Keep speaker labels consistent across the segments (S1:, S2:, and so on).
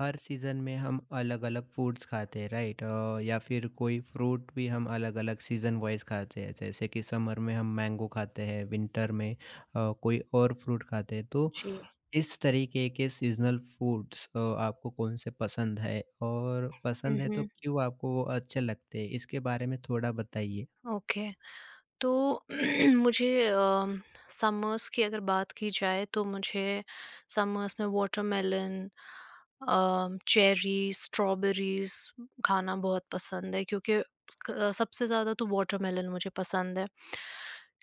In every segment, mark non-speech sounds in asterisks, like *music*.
S1: हर season में हम अलग-अलग फूड्स खाते हैं राइट, या फिर कोई फ्रूट भी हम अलग-अलग सीज़न वाइज़ खाते हैं जैसे कि समर में हम मैंगो खाते हैं विंटर में कोई और फ्रूट खाते हैं तो
S2: जी।
S1: इस तरीके के सीज़नल फूड्स, आपको कौन से पसंद है और पसंद है तो
S2: उहुँ,
S1: क्यों आपको वो अच्छे लगते हैं इसके बारे में थोड़ा बताइए?
S2: ओके। तो *clears throat* मुझे समर्स की अगर बात की जाए तो मुझे समर्स में वाटरमेलन, चेरी, स्ट्रॉबेरीज़ खाना बहुत पसंद है। क्योंकि सबसे ज़्यादा तो वाटरमेलन मुझे पसंद है।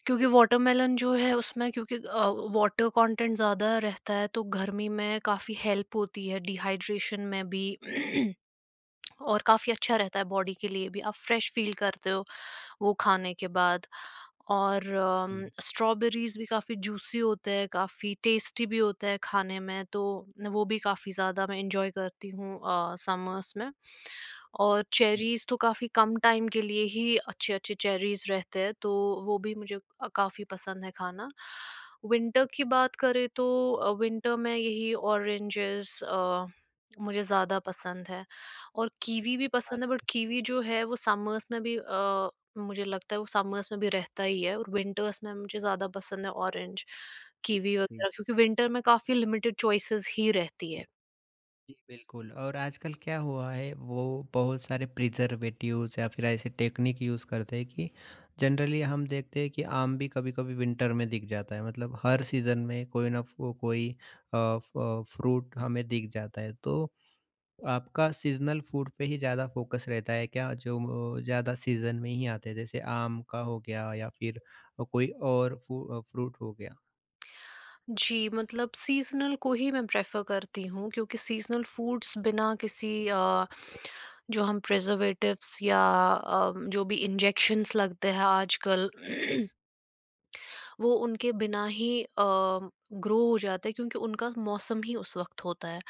S2: क्योंकि वाटरमेलन जो है उसमें क्योंकि वाटर कंटेंट ज़्यादा रहता है तो गर्मी में काफ़ी हेल्प होती है डिहाइड्रेशन में भी। *clears throat* और काफ़ी अच्छा रहता है बॉडी के लिए भी। आप फ्रेश फील करते हो वो खाने के बाद। और
S1: हुँ,
S2: स्ट्रॉबेरीज भी काफ़ी जूसी होते हैं, काफ़ी टेस्टी भी होते हैं खाने में तो वो भी काफ़ी ज़्यादा मैं इंजॉय करती हूँ समर्स में। और
S1: हुँ,
S2: चेरीज़ तो काफ़ी कम टाइम के लिए ही अच्छे अच्छे चेरीज़ रहते हैं तो वो भी मुझे काफ़ी पसंद है खाना। विंटर की बात करें तो विंटर में यही ऑरेंजेस मुझे ज़्यादा पसंद है और कीवी भी पसंद है,
S1: बात
S2: बट कीवी जो है वो समर्स में भी मुझे लगता है, वो समर्स में भी रहता ही है, और विंटर्स में मुझे ज़्यादा पसंद है ऑरेंज, कीवी
S1: है।
S2: वगैरह क्योंकि विंटर में काफ़ी लिमिटेड चॉइसेस ही रहती है।
S1: जी, बिल्कुल। और आजकल क्या हुआ है वो बहुत सारे प्रिजर्वेटिव्स या फिर ऐसे टेक्निक यूज़ करते हैं कि जनरली हम देखते हैं कि आम भी कभी कभी विंटर में दिख जाता है। मतलब हर सीज़न में कोई फ्रूट हमें दिख जाता है। तो आपका सीजनल फूड पे ही ज़्यादा फोकस रहता है क्या, जो ज़्यादा सीजन में ही आते हैं, जैसे आम का हो गया या फिर कोई और फ्रूट हो गया।
S2: जी, मतलब सीज़नल को ही मैं प्रेफ़र करती हूँ क्योंकि सीज़नल फूड्स बिना किसी जो हम प्रिजर्वेटिव्स या जो भी इंजेक्शंस लगते हैं आजकल *clears throat* वो उनके बिना ही ग्रो हो जाता है क्योंकि उनका मौसम ही उस वक्त होता है।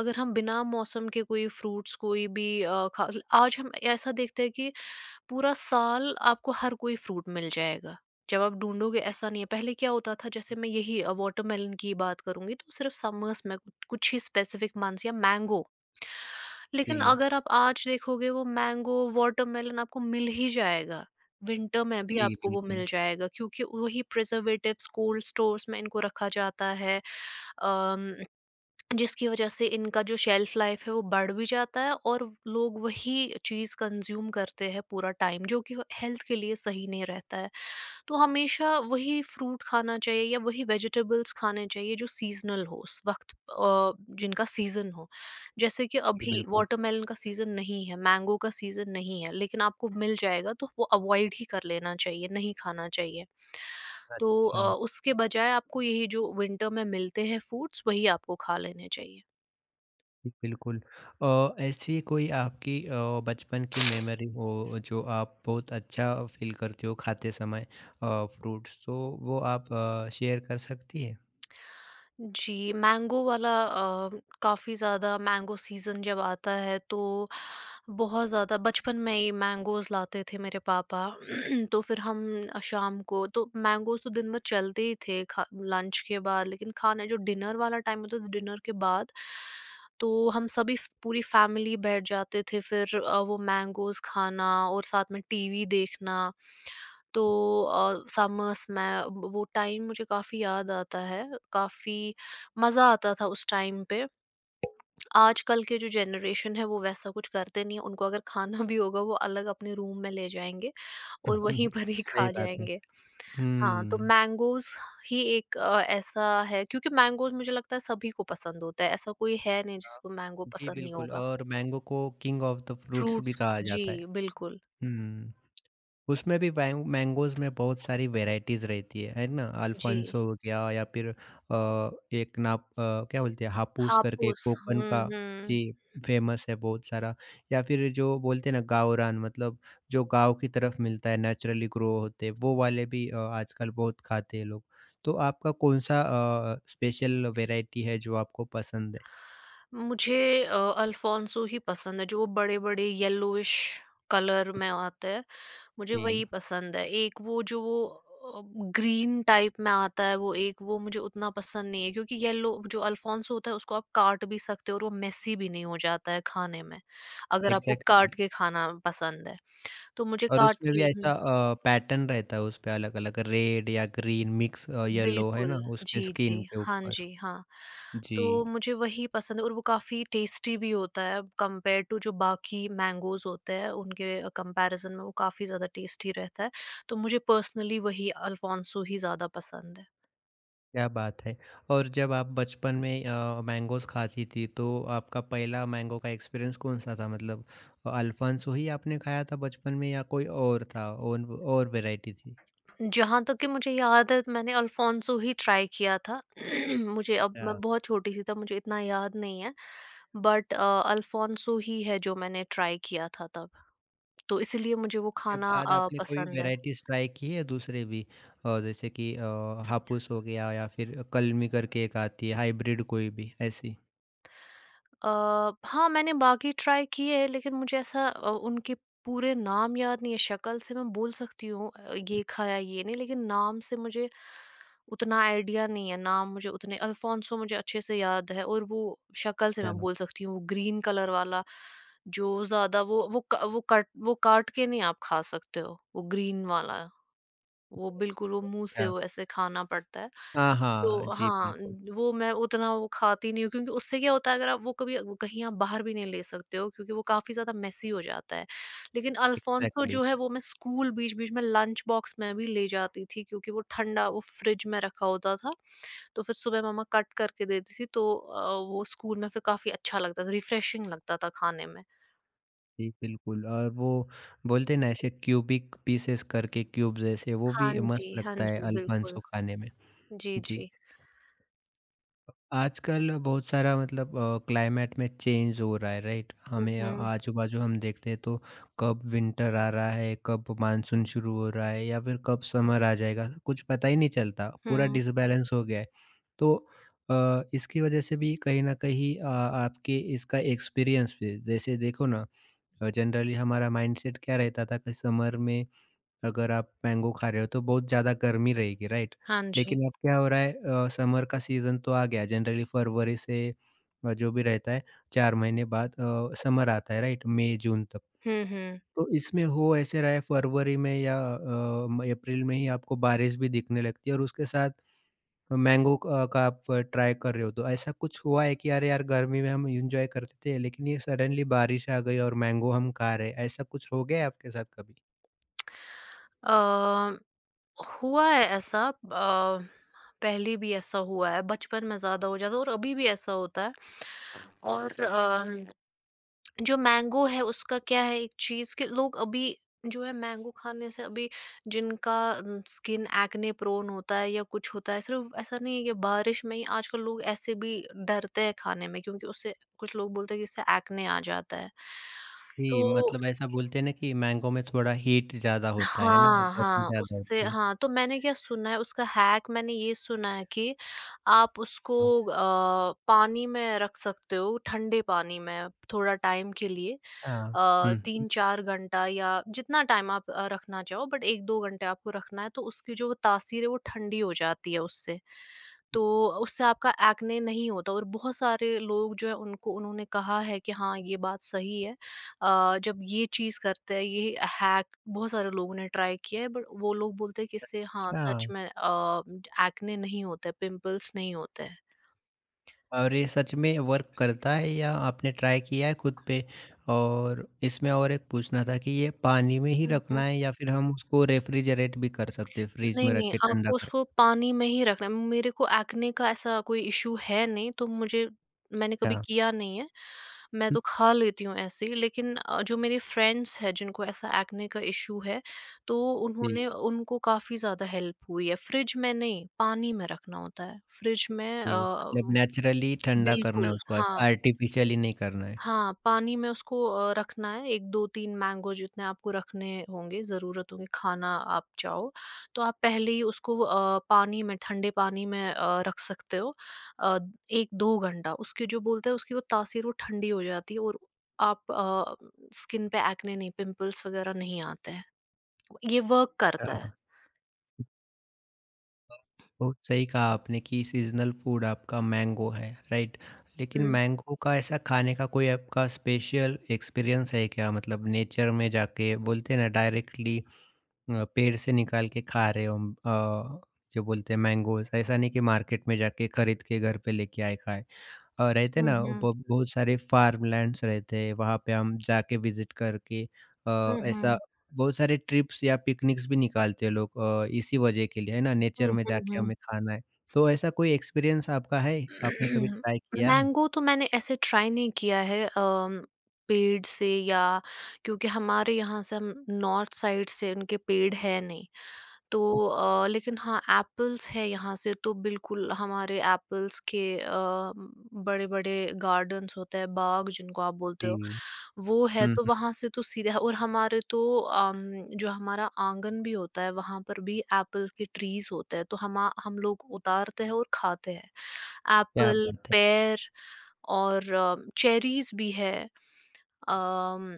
S2: अगर हम बिना मौसम के कोई फ्रूट्स कोई भी खा, आज हम ऐसा देखते हैं कि पूरा साल आपको हर कोई फ्रूट मिल जाएगा। जब आप ढूँढोगे ऐसा नहीं है। पहले क्या होता था जैसे मैं यही वाटरमेलन की बात करूँगी तो सिर्फ़ समर्स में कुछ कुछ ही स्पेसिफ़िक मंथ्स, या मैंगो। लेकिन
S1: जी।
S2: अगर आप आज देखोगे वो मैंगो, वाटरमेलन आपको मिल ही जाएगा। विंटर में भी
S1: जी,
S2: आपको वो मिल
S1: बिल्कुल।
S2: जाएगा क्योंकि वही प्रिजर्वेटिव्स कोल्ड स्टोर्स में इनको रखा जाता है। अम जिसकी वजह से इनका जो शेल्फ लाइफ है वो बढ़ भी जाता है, और लोग वही चीज़ कंज्यूम करते हैं पूरा टाइम, जो कि हेल्थ के लिए सही नहीं रहता है। तो हमेशा वही फ्रूट खाना चाहिए या वही वेजिटेबल्स खाने चाहिए जो सीजनल हो उस वक्त, अ, जिनका सीजन हो। जैसे कि
S1: जी,
S2: अभी
S1: बिल्कुल।
S2: वाटरमेलन का सीजन नहीं है, मैंगो का सीजन नहीं है, लेकिन आपको मिल जाएगा तो वो अवॉइड ही कर लेना चाहिए, नहीं खाना चाहिए। तो
S1: अच्छा।
S2: उसके बजाय आपको यही जो विंटर में मिलते हैं फ्रूट्स वही आपको खा लेने चाहिए।
S1: जी, बिल्कुल। ऐसी कोई आपकी बचपन की मेमोरी हो जो आप बहुत अच्छा फ़ील करते हो खाते समय, फ्रूट्स तो वो आप शेयर कर सकती है?
S2: जी, मैंगो वाला काफ़ी ज़्यादा मैंगो सीज़न जब आता है तो बहुत ज़्यादा बचपन में ही मैंगोज़ लाते थे मेरे पापा। *clears throat* तो फिर हम शाम को तो मैंगोज़ तो दिन भर चलते ही थे खा लंच के बाद, लेकिन खाने जो डिनर वाला टाइम होता था डिनर के बाद तो हम सभी फ पूरी फैमिली बैठ जाते थे फिर, वो मैंगोज़ खाना और साथ में टीवी देखना। तो समर्स में वो टाइम मुझे काफ़ी याद आता है, काफ़ी मज़ा आता था उस टाइम पे। आजकल के जो जनरेशन है वो वैसा कुछ करते नहीं है, उनको अगर खाना भी होगा वो अलग अपने रूम में ले जाएँगे और वहीं
S1: *laughs*
S2: पर ही
S1: सही
S2: खा
S1: बात है।
S2: जाएँगे। हाँ, तो
S1: हुँ।
S2: मैंगोज़ ही एक ऐसा है, क्योंकि मैंगोज़ मुझे लगता है सभी को पसंद होता है, ऐसा कोई है नहीं
S1: हाँ।
S2: जिसको मैंगो
S1: जी,
S2: पसंद नहीं
S1: बिल्कुल।
S2: होगा।
S1: और मैंगो को किंग ऑफ द फ्रूट्स भी
S2: फ्रूट्स
S1: कहा
S2: जी,
S1: जाता है।
S2: बिल्कुल।
S1: हुँ। उसमें भी वैं मैंगोज़ में बहुत सारी वैराइटीज़ रहती है ना?
S2: जी,
S1: अल्फांसो हो गया या फिर, एक नाप, क्या बोलते हैं हापुस करके,
S2: हापुस
S1: कोकण
S2: हुँ,
S1: का।
S2: हुँ।
S1: जी, फ़ेमस है बहुत सारा। या फिर जो बोलते हैं ना गावरान, मतलब जो गाँव की तरफ मिलता है, नेचुरली ग्रो होते हैं, वो वाले भी आजकल बहुत खाते हैं लोग। तो आपका कौन-सा, स्पेशल वैराइटी है जो आपको पसंद है?
S2: मुझे अ, अल्फोंसो ही पसंद है जो बड़े-बड़े येलोइश कलर में आते हैं। मुझे वही
S1: जी,
S2: पसंद है। एक वो जो वो अ, ग्रीन टाइप में आता है वो एक वो मुझे उतना पसंद नहीं है क्योंकि येलो जो अल्फ़ोंसो होता है उसको आप काट भी सकते हो और वो मेसी भी नहीं हो जाता है खाने में, अगर आपको
S1: एग्ज़ैक्टली।
S2: काट के खाना पसंद है। तो मुझे
S1: और
S2: काट
S1: उसमें भी
S2: के
S1: ऐसा, पैटर्न रहता है उसपे, अलग-अलग रेड या ग्रीन मिक्स, येलो, है
S2: बिल्कुल,
S1: ना? उसपे
S2: जी,
S1: स्किन
S2: जी।
S1: के
S2: हाँ
S1: ऊपर।
S2: जी, हाँ।
S1: जी।
S2: तो मुझे वही पसंद है और वो काफ़ी टेस्टी भी होता है कंपेयर टू जो बाकी मैंगोज़ होते हैं, उनके कंपैरिज़न में वो काफ़ी ज़्यादा टेस्टी रहता है। तो मुझे पर्सनली वही अल्फॉन्सो ही ज़्यादा पसंद है।
S1: क्या बात है। और जब आप बचपन में मैंगोज़ खाती थी तो आपका पहला मैंगो का एक्सपीरियंस कौन-सा था? मतलब, अल्फांसो ही आपने खाया था बचपन में या कोई और था, और वैरायटी थी?
S2: जहाँ तक कि मुझे याद है मैंने अल्फॉन्सो ही ट्राई किया था। *clears throat* मुझे अब मैं
S1: अच्छा।
S2: बहुत छोटी-सी तब मुझे इतना याद नहीं है, बट अल्फॉन्सो ही है जो मैंने ट्राई किया था तब। तो इसीलिए मुझे वो
S1: के
S2: खाना
S1: बाद आपने कोई
S2: पसंद है।
S1: वैराइटीज़ ट्राई की है दूसरे भी, जैसे कि, हापुस हो गया या फिर कलमी करके एक आती है, हाइब्रिड कोई भी ऐसी?
S2: अ, हाँ, मैंने बाकी ट्राई किए हैं लेकिन मुझे ऐसा उनके पूरे नाम याद नहीं है। शक्ल से मैं बोल सकती हूँ ये खाया ये नहीं, लेकिन नाम से मुझे उतना आइडिया नहीं है। नाम मुझे उतने अल्फोंसो मुझे अच्छे से याद है, और वो शक्ल से मैं
S1: अच्छा।
S2: बोल सकती हूँ, वो ग्रीन कलर वाला जो ज़्यादा वो क वो कट वो काट के नहीं आप खा सकते हो, वो ग्रीन वाला, वो बिल्कुल वो मुँह से वो ऐसे खाना पड़ता है।
S1: हाँ, हाँ।
S2: तो
S1: जी,
S2: हाँ,
S1: बिल्कुल।
S2: वो मैं उतना वो खाती नहीं हूँ क्योंकि उससे क्या होता है अगर आप वो कभी वो कहीं आप बाहर भी नहीं ले सकते हो क्योंकि वो काफ़ी ज़्यादा मेसी हो जाता है। लेकिन अल्फ़ोंसो
S1: एग्ज़ैक्टली।
S2: जो है वो मैं स्कूल बीच-बीच में लंच बॉक्स में भी ले जाती थी, क्योंकि वो ठंडा वो फ्रिज में रखा होता था। तो फिर सुबह मम्मा कट करके देती थी तो वो स्कूल में फिर काफ़ी अच्छा लगता था, रिफ्रेशिंग लगता था खाने में।
S1: जी, बिल्कुल। और वो बोलते हैं ना ऐसे क्यूबिक पीसेस करके, क्यूब जैसे, वो
S2: हाँ
S1: भी मस्त
S2: जी, हाँ
S1: लगता है
S2: जी, बिल्कुल।
S1: अल्फ़ान्सो खाने में।
S2: जी,
S1: जी।
S2: जी।
S1: आजकल बहुत सारा मतलब क्लाइमेट में चेंज हो रहा है, राइट? हमें
S2: हुँ, हुँ।
S1: आजू बाजू हम देखते हैं तो कब विंटर आ रहा है, कब मानसून शुरू हो रहा है या फिर कब समर आ जाएगा, कुछ पता ही नहीं चलता, पूरा
S2: हुँ,
S1: डिसबैलेंस हो गया है। तो इसकी वजह से भी कहीं ना कहीं, आपके इसका एक्सपीरियंस भी, जैसे देखो ना, जनरली हमारा माइंडसेट क्या रहता था कि समर में अगर आप मैंगो खा रहे हो तो बहुत ज़्यादा गर्मी रहेगी, राइट?
S2: हाँ जी।
S1: लेकिन अब क्या हो रहा है, समर का सीज़न तो आ गया जनरली फरवरी से, जो भी रहता है, 4 महीने बाद समर आता है, राइट? मई जून तक।
S2: हुँ, हुँ।
S1: तो इसमें हो ऐसे रहा है, फरवरी में या अ, म अप्रैल में ही आपको बारिश भी दिखने लगती है और उसके साथ मैंगो क का आप ट्राई कर रहे हो, तो ऐसा कुछ हुआ है कि अरे यार गर्मी में हम एन्जॉय करते थे लेकिन ये सडनली बारिश आ गई और मैंगो हम खा रहे हैं, ऐसा कुछ हो गया है आपके साथ कभी?
S2: अ हुआ है ऐसा पहले भी ऐसा हुआ है, बचपन में ज़्यादा हो जाता है और अभी भी ऐसा होता है। और जो मैंगो है उसका क्या है एक चीज़ कि लोग अभी जो है मैंगो खाने से अभी जिनका स्किन एक्ने प्रोन होता है या कुछ होता है, सिर्फ़ ऐसा नहीं है कि बारिश में ही, आजकल लोग ऐसे भी डरते हैं खाने में क्योंकि उससे कुछ लोग बोलते हैं कि इससे एक्ने आ जाता है।
S1: जी,
S2: तो
S1: मतलब ऐसा बोलते हैं ना कि मैंगो में थोड़ा हीट ज़्यादा होता है ना,
S2: हाँ,
S1: गर्मी
S2: हाँ,
S1: ज़्यादा
S2: उससे
S1: होती है।
S2: हाँ, तो मैंने क्या सुना है उसका हैक मैंने ये सुना है कि आप उसको पानी में रख सकते हो, ठंडे पानी में थोड़ा टाइम के लिए,
S1: अच्छा, हुँ,
S2: 3-4 घंटा या जितना टाइम आप रखना चाहो, बट 1-2 घंटे आपको रखना है तो उसकी जो वो तासीर है वो ठंडी हो जाती है उससे। तो उससे आपका एक्ने नहीं होता। और बहुत सारे लोग जो है उनको उन्होंने कहा है कि हाँ ये बात सही है, जब ये चीज़ करते हैं। ये हैक बहुत सारे लोगों ने ट्राई किया है बट वो लोग बोलते हैं कि इससे हाँ
S1: अच्छा।
S2: सच में एक्ने नहीं होता है, पिंपल्स नहीं होते
S1: और ये सच में वर्क करता है या आपने ट्राई किया है खुद पे? और इसमें और एक पूछना था कि ये पानी में ही
S2: हैं।
S1: रखना है या फिर हम उसको रेफ्रिजरेट भी कर सकते हैं, फ्रिज
S2: नहीं,
S1: में रख
S2: नहीं,
S1: के ठंडा
S2: आपको
S1: कर
S2: उसको
S1: सकते
S2: पानी में ही रखना है। मेरे को एक्ने का ऐसा कोई इश्यू है नहीं, तो मुझे मैंने
S1: हैं?
S2: कभी
S1: अच्छा,
S2: किया नहीं है। मैं
S1: हुँ,
S2: तो खा लेती हूँ ऐसे ही, लेकिन जो मेरे फ्रेंड्स हैं जिनको ऐसा एक्ने का इश्यू है, तो
S1: जी,
S2: उन्होंने उनको काफ़ी ज़्यादा हेल्प हुई है। फ्रिज में नहीं, पानी में रखना होता है। फ्रिज में
S1: जी,
S2: हाँ।
S1: मतलब नेचुरली ठंडा करना है
S2: बिल्कुल,
S1: उसको, आज
S2: हाँ।
S1: आर्टिफिशियली नहीं करना है।
S2: हाँ, पानी में उसको रखना है, 1, 2, 3 मैंगो जितने आपको रखने होंगे, ज़रूरत होगी, खाना आप चाहो, तो आप पहले ही उसको पानी में ठंडे पानी में रख सकते हो, अ, 1-2 घंटा। उसकी जो बोलते हैं उसकी वो तासीर वो ठंडी हो जाती है, और आप स्किन पे एक्ने नहीं, पिंपल्स वगैरह नहीं आते हैं। ये वर्क करता है।
S1: अच्छा। बहुत सही कहा आपने कि सीज़नल फूड आपका मैंगो है, राइट? लेकिन
S2: हुँ।
S1: मैंगो का ऐसा खाने का कोई आपका स्पेशल एक्सपीरियंस है क्या? मतलब नेचर में जाके, बोलते हैं ना डायरेक्टली, पेड़ से निकाल के खा रहे हो हम, जो बोलते हैं मैंगोज़, ऐसा नहीं कि मार्केट में जाके खरीद के घर पे लेके आए खाए। रहते
S2: हुँ,
S1: ना
S2: हुँ।
S1: ब बहुत सारे फार्मलैंड्स रहते हैं, वहाँ पे हम जाके विज़िट करके,
S2: हुँ,
S1: ऐसा
S2: हुँ।
S1: बहुत सारे ट्रिप्स या पिकनिक्स भी निकालते हैं लोग, इसी वजह के लिए, है ना? नेचर
S2: हुँ,
S1: में
S2: हुँ,
S1: जाके
S2: हुँ।
S1: हमें खाना है। तो ऐसा कोई एक्सपीरियंस आपका है? आपने कभी
S2: *clears throat*
S1: ट्राई किया है?
S2: मैंगो तो मैंने ऐसे ट्राई नहीं किया है, पेड़ से, या क्योंकि हमारे यहाँ से हम नॉर्थ साइड से उनके पेड़ है नहीं, तो लेकिन हाँ एप्पल्स है यहाँ से तो बिल्कुल हमारे एप्पल्स के बड़े बड़े गार्डन्स होते हैं, बाग जिनको आप बोलते हो,
S1: जी,
S2: वो है
S1: हुँ,
S2: तो
S1: हुँ।
S2: वहाँ से तो सीधा है। और हमारे तो जो हमारा आंगन भी होता है वहाँ पर भी एप्पल के ट्रीज होते हैं तो हम लोग उतारते हैं और खाते हैं
S1: क्या
S2: एप्पल,
S1: बात है!
S2: पेयर, और चेरीज़ भी है। अम,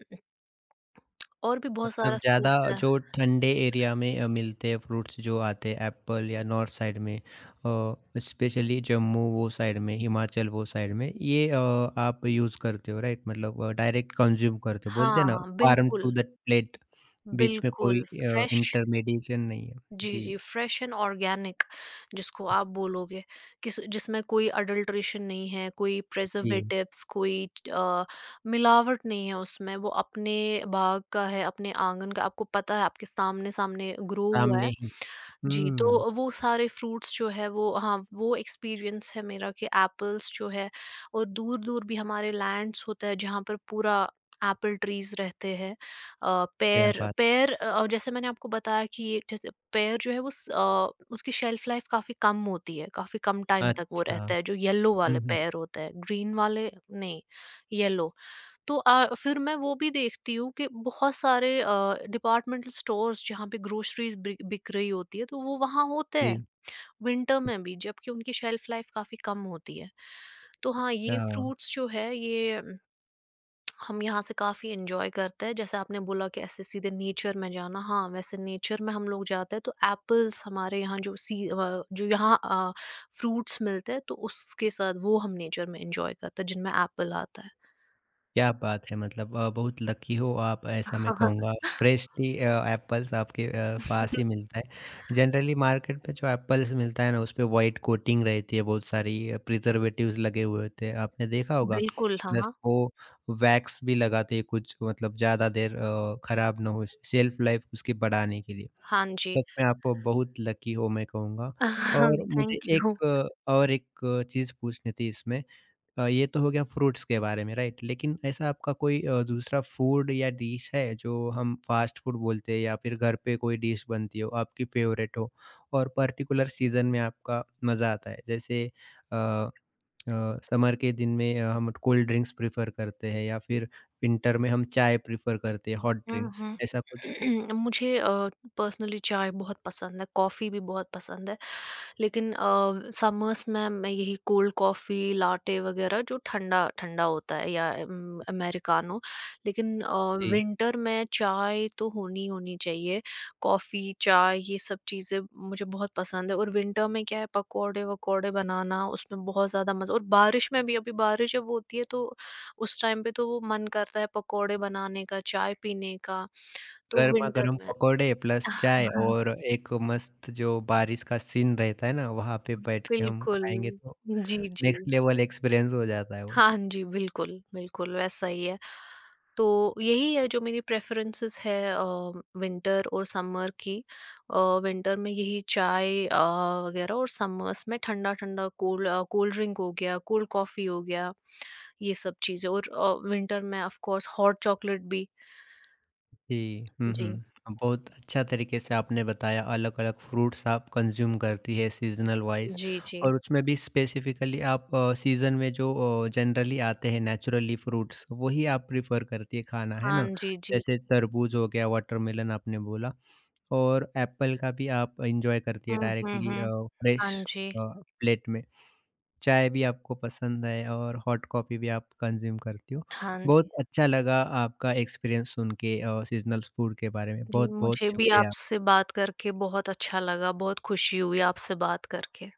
S2: और भी बहुत
S1: मतलब
S2: सारा
S1: ज़्यादा,
S2: फ्रूट्स है।
S1: जो ठंडे एरिया में मिलते हैं फ्रूट्स जो आते हैं, एप्पल, या नॉर्थ साइड में, स्पेशली जम्मू वो साइड में, हिमाचल वो साइड में ये, आप यूज़ करते हो, राइट? मतलब डायरेक्ट कंज़्यूम करते हो,
S2: हाँ,
S1: बोलते हैं ना
S2: हाँ,
S1: फार्म
S2: बिल्कुल,
S1: टू द प्लेट, बीच में कोई
S2: बिल्कुल फ्रेश।
S1: इंटरमीडिएशन नहीं है।
S2: जी,
S1: जी,
S2: जी, फ्रेश एंड ऑर्गेनिक जिसको आप बोलोगे, किस जिसमें कोई अडल्ट्रेशन नहीं है, कोई
S1: जी,
S2: प्रिजर्वेटिव्स, कोई अ, मिलावट नहीं है उसमें, वो अपने बाग का है, अपने आँगन का, आपको पता है आपके सामने-सामने ग्रो हुआ
S1: सामने
S2: है।
S1: ही।
S2: जी,
S1: हुँ,
S2: तो वो सारे फ्रूट्स जो है वो हाँ, वो एक्सपीरियंस है मेरा कि एप्पल्स जो है, और दूर-दूर भी हमारे लैंड्स होता है जहाँ पर पूरा एप्पल ट्रीज़ रहते हैं। हुँ।
S1: क्या
S2: पेयर
S1: बात!
S2: पेयर जैसे मैंने आपको बताया कि ये जैसे पेयर जो है वो उसकी शेल्फ लाइफ काफ़ी कम होती है, काफ़ी कम टाइम तक वो अच्छा
S1: अच्छा।
S2: रहता है, जो येलो
S1: हुँ,
S2: वाले
S1: हुँ।
S2: पेयर होते हैं, ग्रीन वाले नहीं, येलो। तो फिर मैं वो भी देखती हूँ कि बहुत सारे डिपार्टमेंटल स्टोर्स जहाँ पे ग्रोसरीज बिक रही होती है तो वो वहाँ होते जी हैं
S1: जी,
S2: विंटर में भी, जबकि उनकी शेल्फ लाइफ काफी कम होती है। तो हाँ
S1: अच्छा।
S2: ये फ्रूट्स जो है ये हम यहाँ से काफी एंजॉय करते हैं जैसे आपने बोला कि ऐसे सीधे नेचर में जाना, हाँ वैसे नेचर में हम लोग जाते हैं तो एप्पल्स हमारे यहाँ जो जो यहाँ फ्रूट्स मिलते हैं तो उसके साथ वो हम नेचर में एंजॉय करते हैं जिनमें एप्पल आता है।
S1: क्या बात है! मतलब बहुत लकी हो आप, ऐसा मैं हुँ।
S2: हाँ।
S1: कहूँगा फ्रेशली, एप्पल्स आपके पास ही
S2: *laughs*
S1: मिलता है। जनरली मार्केट में जो एप्पल्स मिलता है ना उसपे व्हाइट कोटिंग रहती है, बहुत सारी प्रिजर्वेटिव्स लगे हुए होते हैं, आपने देखा होगा।
S2: बिल्कुल हाँ।
S1: प्लस वो वैक्स भी लगाते हैं कुछ, मतलब ज़्यादा देर खराब ना हो, शेल्फ लाइफ उसकी बढ़ाने के लिए।
S2: हाँ जी।
S1: सच में आप बहुत लकी हो, मैं कहूँगा।
S2: *laughs*
S1: और मुझे
S2: थैंक यू।
S1: एक और एक चीज़ पूछनी थी इसमें, ये तो हो गया फ्रूट्स के बारे में, राइट? लेकिन ऐसा आपका कोई दूसरा फूड या डिश है जो हम फास्ट फूड बोलते हैं या फिर घर पे कोई डिश बनती हो आपकी फेवरेट हो और पर्टिकुलर सीजन में आपका मज़ा आता है, जैसे अ, समर के दिन में हम कोल्ड ड्रिंक्स प्रेफर करते हैं, या फिर विंटर में हम चाय प्रेफर करते हैं हॉट
S2: हुँ,
S1: ड्रिंक्स,
S2: हुँ।
S1: ऐसा कुछ?
S2: *clears throat* मुझे पर्सनली चाय बहुत पसंद है, कॉफ़ी भी बहुत पसंद है। लेकिन समर्स में मैं यही कोल्ड कॉफ़ी, लाटे वग़ैरह जो ठंडा-ठंडा होता है, या अमेरिकानो। लेकिन
S1: जी,
S2: विंटर में चाय तो होनी ही होनी चाहिए। कॉफ़ी, चाय ये सब चीज़ें मुझे बहुत पसंद है। और विंटर में क्या है पकौड़े-वकौड़े बनाना उसमें बहुत ज़्यादा मज़ा। और बारिश में भी, अभी बारिश जब होती है तो उस टाइम पे तो वो मन करता है पकोड़े बनाने का, चाय पीने का, तो
S1: गर्मा
S2: विंटर
S1: गर्म
S2: में
S1: पकौड़े प्लस चाय
S2: *laughs*
S1: और एक मस्त जो बारिश का सीन रहता है ना, वहाँ पे बैठ के हम
S2: बिल्कुल।
S1: खाएंगे तो
S2: जी, जी।
S1: नेक्स्ट लेवल एक्सपीरियंस हो जाता है वो।
S2: हाँ जी, बिल्कुल, बिल्कुल वैसा ही है। तो यही है जो मेरी प्रेफ़रेंसेस है विंटर और समर की। अ, विंटर में यही चाय वगैरह, और समर्स में ठंडा-ठंडा कोल्ड कोल्ड ड्रिंक हो गया, कोल्ड कॉफ़ी हो गया, ये सब चीज़ें, और विंटर में ऑफ कोर्स हॉट चॉकलेट भी।
S1: जी। हुँ,
S2: जी।
S1: हुँ। बहुत अच्छा तरीके से आपने बताया अलग-अलग फ्रूट्स आप कंज़्यूम करती है सीज़नल वाइज़,
S2: जी, जी।
S1: और उसमें भी स्पेसिफ़िकली आप सीज़न में जो जनरली आते हैं नेचुरली फ्रूट्स, वही आप प्रेफ़र करती है खाना, है
S2: हाँ
S1: ना?
S2: जी, जी।
S1: जैसे तरबूज हो गया, वाटरमेलन आपने बोला, और एप्पल का भी आप एन्जॉय करती है
S2: हुँ, हुँ,
S1: डायरेक्टली
S2: हुँ।
S1: अ,
S2: हाँ
S1: फ्रेश
S2: जी,
S1: अ, प्लेट में। चाय भी आपको पसंद है और हॉट कॉफ़ी भी आप कंज़्यूम करती हो।
S2: हाँ जी।
S1: बहुत अच्छा लगा आपका एक्सपीरियंस सुन के, सीज़नल फूड के बारे में।
S2: जी,
S1: बहुत-बहुत
S2: मुझे भी
S1: शुक्रिया।
S2: आपसे बात करके बहुत अच्छा लगा, बहुत खुशी हुई आपसे बात करके।